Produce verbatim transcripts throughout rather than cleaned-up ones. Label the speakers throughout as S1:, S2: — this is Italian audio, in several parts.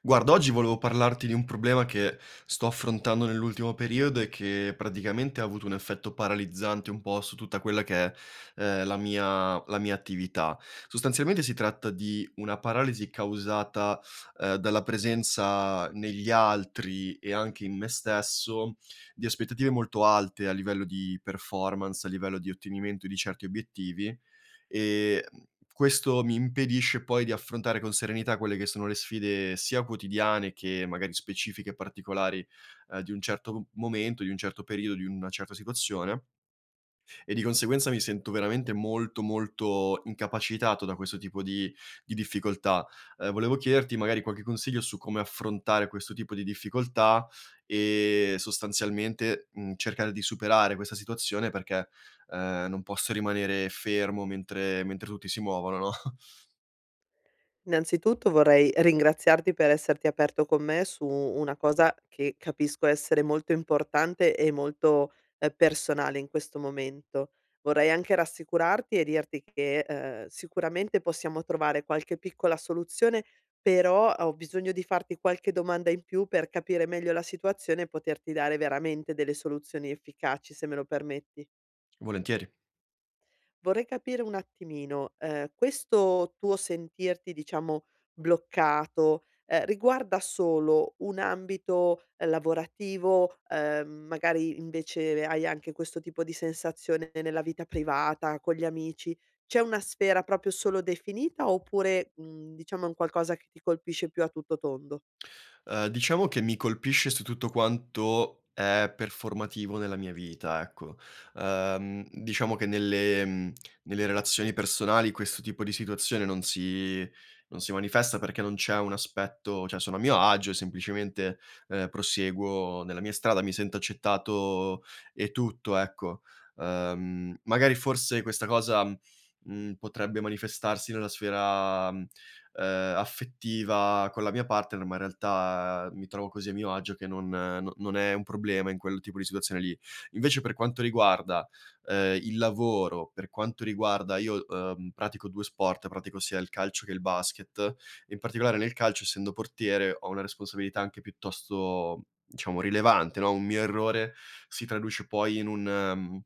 S1: Guarda, oggi volevo parlarti di un problema che sto affrontando nell'ultimo periodo e che praticamente ha avuto un effetto paralizzante un po' su tutta quella che è, ehm, la mia la mia attività. Sostanzialmente si tratta di una paralisi causata, ehm, dalla presenza negli altri e anche in me stesso di aspettative molto alte a livello di performance, a livello di ottenimento di certi obiettivi. Ehm, Questo mi impedisce poi di affrontare con serenità quelle che sono le sfide sia quotidiane che magari specifiche e particolari, ehm, di un certo m momento, di un certo periodo, di una certa situazione, e di conseguenza mi sento veramente molto, molto incapacitato da questo tipo di di difficoltà. Ehm, volevo chiederti magari qualche consiglio su come affrontare questo tipo di difficoltà e sostanzialmente, mhmm, cercare di superare questa situazione perché, ehm, non posso rimanere fermo mentre mentre tutti si muovono, no?
S2: Innanzitutto vorrei ringraziarti per esserti aperto con me su una cosa che capisco essere molto importante e molto, ehm, personale in questo momento. Vorrei anche rassicurarti e dirti che, ehm, sicuramente possiamo trovare qualche piccola soluzione, però ho bisogno di farti qualche domanda in più per capire meglio la situazione e poterti dare veramente delle soluzioni efficaci, se me lo permetti.
S1: Volentieri.
S2: Vorrei capire un attimino, ehm, questo tuo sentirti diciamo bloccato, ehm, riguarda solo un ambito, ehm, lavorativo, ehm, magari invece hai anche questo tipo di sensazione nella vita privata, con gli amici. C'è una sfera proprio solo definita oppure, mhmm, diciamo è un qualcosa che ti colpisce più a tutto tondo?
S1: Uhm, diciamo che mi colpisce su tutto quanto è performativo nella mia vita, ecco. Uhm, diciamo che nelle mhmm, nelle relazioni personali questo tipo di situazione non si non si manifesta perché non c'è un aspetto, cioè sono a mio agio e semplicemente, ehm, proseguo nella mia strada, mi sento accettato e tutto, ecco. Uhm, magari forse questa cosa, mhmm, potrebbe manifestarsi nella sfera ehm, affettiva con la mia partner, ma in realtà eh, mi trovo così a mio agio che non, eh, no, non è un problema in quel tipo di situazione lì. Invece per quanto riguarda, ehm, il lavoro, per quanto riguarda io, uhm, pratico due sport, pratico sia il calcio che il basket. In particolare nel calcio, essendo portiere, ho una responsabilità anche piuttosto, diciamo, rilevante, no? Un mio errore si traduce poi in un, ehm,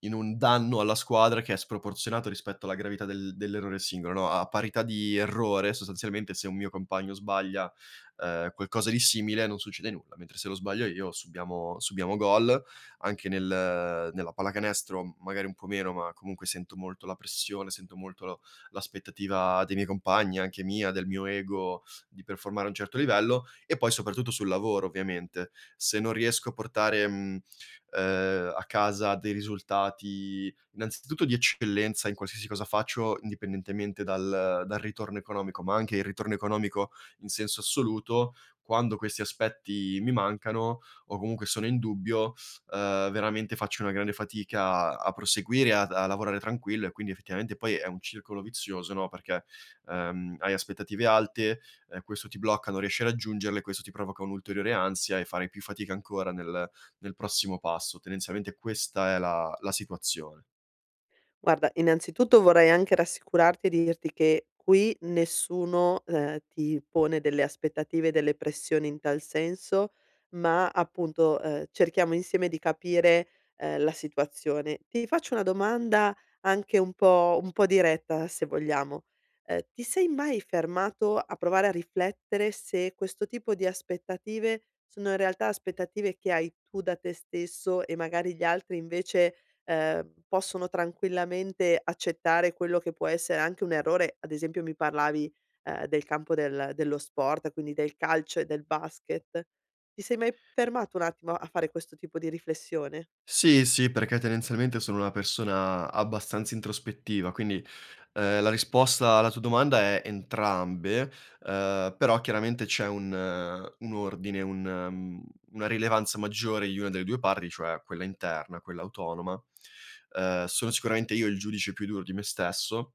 S1: in un danno alla squadra che è sproporzionato rispetto alla gravità del dell'errore singolo, no, a parità di errore. Sostanzialmente se un mio compagno sbaglia, ehm, qualcosa di simile non succede nulla, mentre se lo sbaglio io subiamo subiamo gol. Anche nel nella pallacanestro magari un po' meno, ma comunque sento molto la pressione, sento molto lo- l'aspettativa dei miei compagni, anche mia, del mio ego, di performare a un certo livello e poi soprattutto sul lavoro ovviamente. Se non riesco a portare, mhmm, ehm, a casa dei risultati, innanzitutto di eccellenza in qualsiasi cosa faccio, indipendentemente dal dal ritorno economico, ma anche il ritorno economico in senso assoluto, quando questi aspetti mi mancano o comunque sono in dubbio, ehm, veramente faccio una grande fatica a proseguire, a a lavorare tranquillo, e quindi effettivamente poi è un circolo vizioso, no, perché, ehm, hai aspettative alte, ehm, questo ti blocca, non riesci a raggiungerle, questo ti provoca un'ulteriore ansia e farai più fatica ancora nel del prossimo passo. Tendenzialmente questa è la la situazione.
S2: Guarda, innanzitutto vorrei anche rassicurarti e dirti che qui nessuno, ehm, ti pone delle aspettative, delle pressioni in tal senso, ma appunto, ehm, cerchiamo insieme di capire, ehm, la situazione. Ti faccio una domanda anche un po' un po' diretta, se vogliamo. Ehm, ti sei mai fermato a provare a riflettere se questo tipo di aspettative sono in realtà aspettative che hai tu da te stesso e magari gli altri invece ehm, possono tranquillamente accettare quello che può essere anche un errore. Ad esempio mi parlavi, ehm, del campo del dello sport, quindi del calcio e del basket. Ti sei mai fermato un attimo a fare questo tipo di riflessione?
S1: Sì, sì, perché tendenzialmente sono una persona abbastanza introspettiva, quindi, ehm, la risposta alla tua domanda è entrambe, ehm, però chiaramente c'è un, eh, un ordine, un, mhmm, una rilevanza maggiore di una delle due parti, cioè quella interna, quella autonoma. Ehm, sono sicuramente io il giudice più duro di me stesso.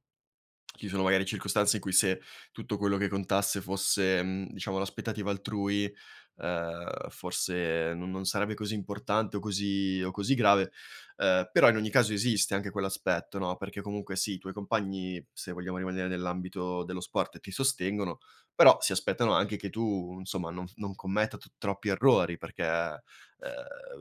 S1: Ci sono magari circostanze in cui se tutto quello che contasse fosse, mhmm, diciamo l'aspettativa altrui, ehm, forse non non sarebbe così importante o così o così grave, ehm, però in ogni caso esiste anche quell'aspetto, no, perché comunque sì, i tuoi compagni, se vogliamo rimanere nell'ambito dello sport, ti sostengono, però si aspettano anche che tu, insomma, non f non commetta t troppi errori perché, ehm,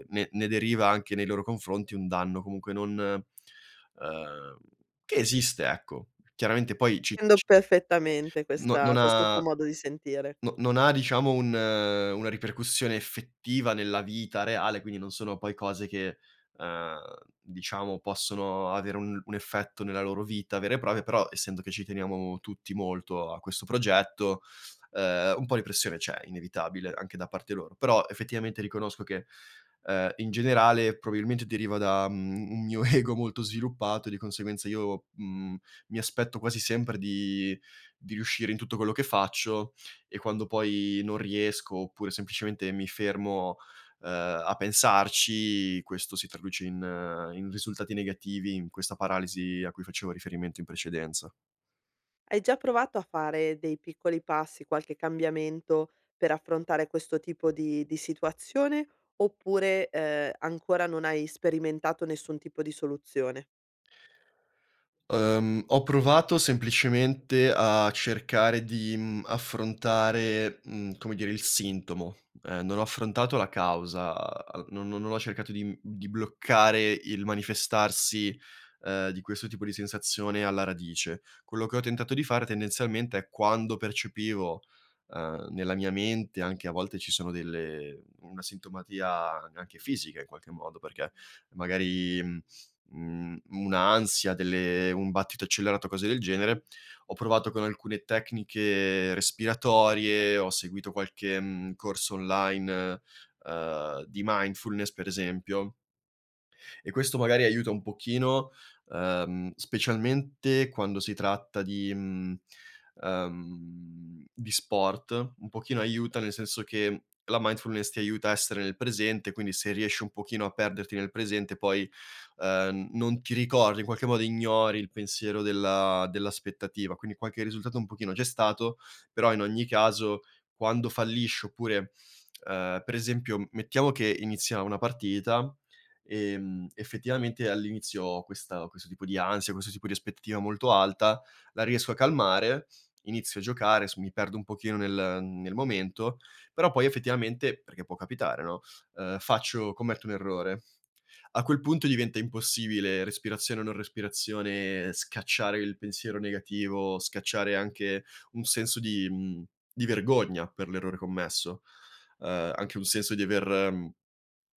S1: ne ne deriva anche nei loro confronti un danno comunque non, ehm che esiste, ecco. Chiaramente poi ci
S2: Intendo
S1: ci si,
S2: perfettamente
S1: no non
S2: questa questo tuo
S1: ha,
S2: modo di sentire.
S1: no, non ha, diciamo, un, eh, una ripercussione effettiva nella vita reale, quindi non sono poi cose che, ehm, diciamo possono avere un un effetto nella loro vita vera e propria, però essendo che ci teniamo tutti molto a questo progetto, ehm, un po' di pressione c'è, inevitabile, anche da parte loro. Però effettivamente riconosco che, ehm, in generale probabilmente deriva da, mhmm, un mio ego molto sviluppato, e di conseguenza io, mhmm, mi aspetto quasi sempre di di riuscire in tutto quello che faccio, e quando poi non riesco, oppure semplicemente mi fermo, ehm, a pensarci, questo si traduce in, eh, in risultati negativi, in questa paralisi a cui facevo riferimento in precedenza.
S2: Hai già provato a fare dei piccoli passi, qualche cambiamento per affrontare questo tipo di di situazione, oppure, ehm, ancora non hai sperimentato nessun tipo di soluzione?
S1: Uhm, ho provato semplicemente a cercare di, mhmm, affrontare, mhmm, come dire, il sintomo, ehm, non ho affrontato la causa, al non non ho cercato di, mhmm, di bloccare il manifestarsi, ehm, di questo tipo di sensazione alla radice. Quello che ho tentato di fare tendenzialmente è quando percepivo, ehm, nella mia mente, anche a volte ci sono delle una sintomatia anche fisica in qualche modo, perché magari, mhmm Mhmm, un'ansia, delle un battito accelerato, cose del genere. Ho provato con alcune tecniche respiratorie, ho seguito qualche, mhmm, corso online, uhm, di mindfulness per esempio, e questo magari aiuta un pochino, ehm, specialmente quando si tratta di, mhmm, ehm, di sport, un pochino aiuta, nel senso che la mindfulness ti aiuta a essere nel presente, quindi se riesci un pochino a perderti nel presente poi, ehm, non ti ricordi, in qualche modo ignori il pensiero della dell'aspettativa, quindi qualche risultato un pochino c'è stato, però in ogni caso quando fallisci oppure, ehm, per esempio mettiamo che inizia una partita. Ehm, effettivamente all'inizio ho questa questo tipo di ansia, questo tipo di aspettativa molto alta, la riesco a calmare, inizio a giocare, s mi perdo un pochino nel nel momento, però poi effettivamente, perché può capitare, no, ehm, faccio commetto un errore. A quel punto diventa impossibile, respirazione o non respirazione, scacciare il pensiero negativo, scacciare anche un senso di, mhmm, di vergogna per l'errore commesso, ehm, anche un senso di aver, mhmm,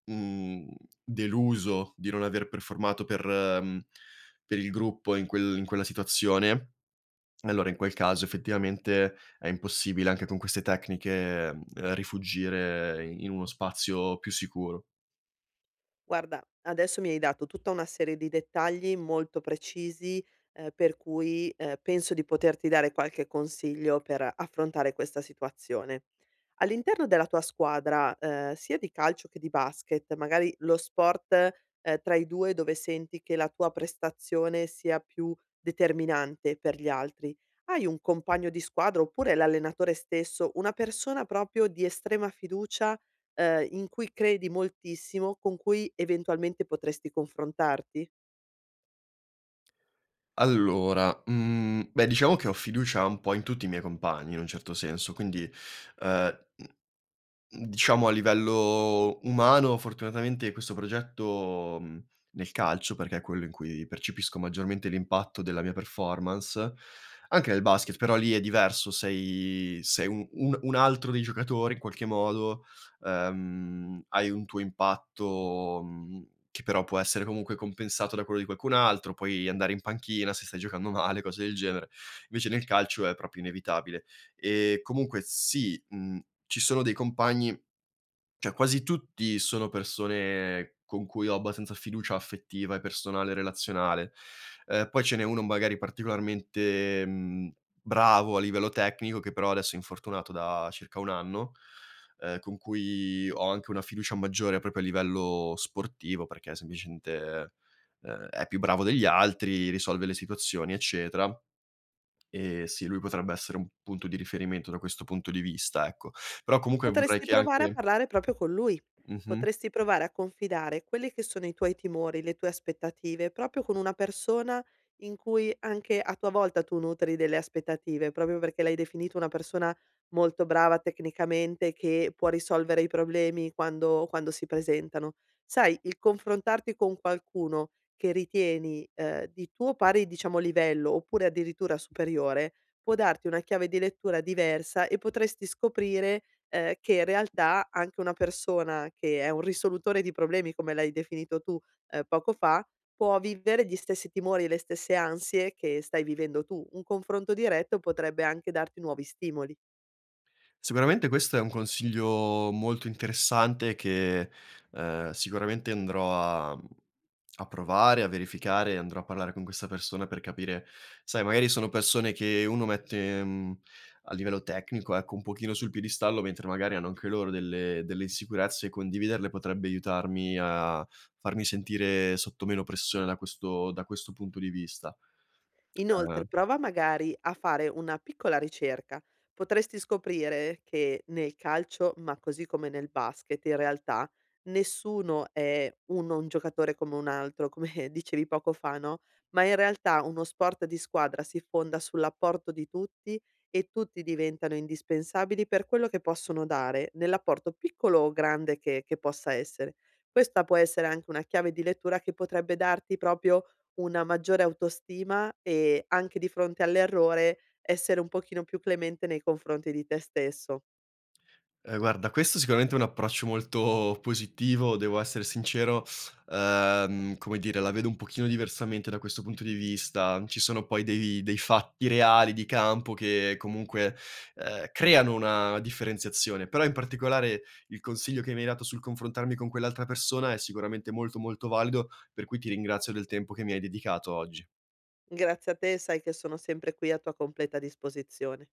S1: Mhmm, deluso, di non aver performato per, mhmm, per il gruppo in quel in quella situazione, allora in quel caso effettivamente è impossibile anche con queste tecniche, mhmm, ehm, rifuggire in uno spazio più sicuro.
S2: Guarda, adesso mi hai dato tutta una serie di dettagli molto precisi, ehm, per cui, ehm, penso di poterti dare qualche consiglio per affrontare questa situazione. All'interno della tua squadra, ehm, sia di calcio che di basket, magari lo sport, ehm, tra i due dove senti che la tua prestazione sia più determinante per gli altri, hai un compagno di squadra, oppure l'allenatore stesso, una persona proprio di estrema fiducia ehm, in cui credi moltissimo, con cui eventualmente potresti confrontarti?
S1: Allora, mhmm, beh, diciamo che ho fiducia un po' in tutti i miei compagni in un certo senso, quindi, ehm Mhmm, diciamo a livello umano fortunatamente questo progetto, mhmm, nel calcio, perché è quello in cui percepisco maggiormente l'impatto della mia performance, anche nel basket, però lì è diverso, sei sei un un un altro dei giocatori in qualche modo, ehm, hai un tuo impatto, mhmm, che però può essere comunque compensato da quello di qualcun altro, puoi andare in panchina se stai giocando male, cose del genere. Invece nel calcio è proprio inevitabile. Ehm, comunque sì, mhmm, ci sono dei compagni, cioè quasi tutti sono persone con cui ho abbastanza fiducia affettiva e personale, relazionale. Ehm, poi ce n'è uno magari particolarmente, mhmm, bravo a livello tecnico, che però adesso è infortunato da circa un anno, ehm, con cui ho anche una fiducia maggiore proprio a livello sportivo, perché semplicemente, ehm, è più bravo degli altri, risolve le situazioni, eccetera. Ehm, sì, lui potrebbe essere un punto di riferimento da questo punto di vista, ecco. Però comunque vorrei
S2: Potresti
S1: che
S2: provare a
S1: anche
S2: parlare proprio con lui.
S1: mh-mh.
S2: Potresti provare a confidare quelli che sono i tuoi timori, le tue aspettative, proprio con una persona in cui anche a tua volta tu nutri delle aspettative, proprio perché l'hai definito una persona molto brava tecnicamente, che può risolvere i problemi quando quando si presentano. Sai, il confrontarti con qualcuno che ritieni, ehm, di tuo pari, diciamo, livello, oppure addirittura superiore, può darti una chiave di lettura diversa e potresti scoprire ehm, che in realtà anche una persona che è un risolutore di problemi, come l'hai definito tu, ehm, poco fa, può vivere gli stessi timori e le stesse ansie che stai vivendo tu. Un confronto diretto potrebbe anche darti nuovi stimoli.
S1: Sicuramente questo è un consiglio molto interessante che, ehm, sicuramente andrò a, mhmm, a provare, a verificare, andrò a parlare con questa persona per capire, sai, magari sono persone che uno mette, mhmm, a livello tecnico, ecco, un pochino sul piedistallo, mentre magari hanno anche loro delle delle insicurezze, e condividerle potrebbe aiutarmi a farmi sentire sotto meno pressione da questo da questo punto di vista.
S2: Inoltre
S1: Ehm
S2: prova magari a fare una piccola ricerca. Potresti scoprire che nel calcio, ma così come nel basket, in realtà nessuno è uno un giocatore come un altro, come dicevi poco fa, no, ma in realtà uno sport di squadra si fonda sull'apporto di tutti e tutti diventano indispensabili per quello che possono dare, nell'apporto piccolo o grande che che possa essere. Questa può essere anche una chiave di lettura che potrebbe darti proprio una maggiore autostima e anche di fronte all'errore essere un pochino più clemente nei confronti di te stesso.
S1: Ehm, guarda, questo sicuramente è un approccio molto positivo, devo essere sincero. Ehm, come dire, la vedo un pochino diversamente da questo punto di vista. Ci sono poi dei dei fatti reali di campo che comunque, ehm, creano una differenziazione, però in particolare il consiglio che mi hai dato sul confrontarmi con quell'altra persona è sicuramente molto, molto valido, per cui ti ringrazio del tempo che mi hai dedicato oggi.
S2: Grazie a te, sai che sono sempre qui a tua completa disposizione.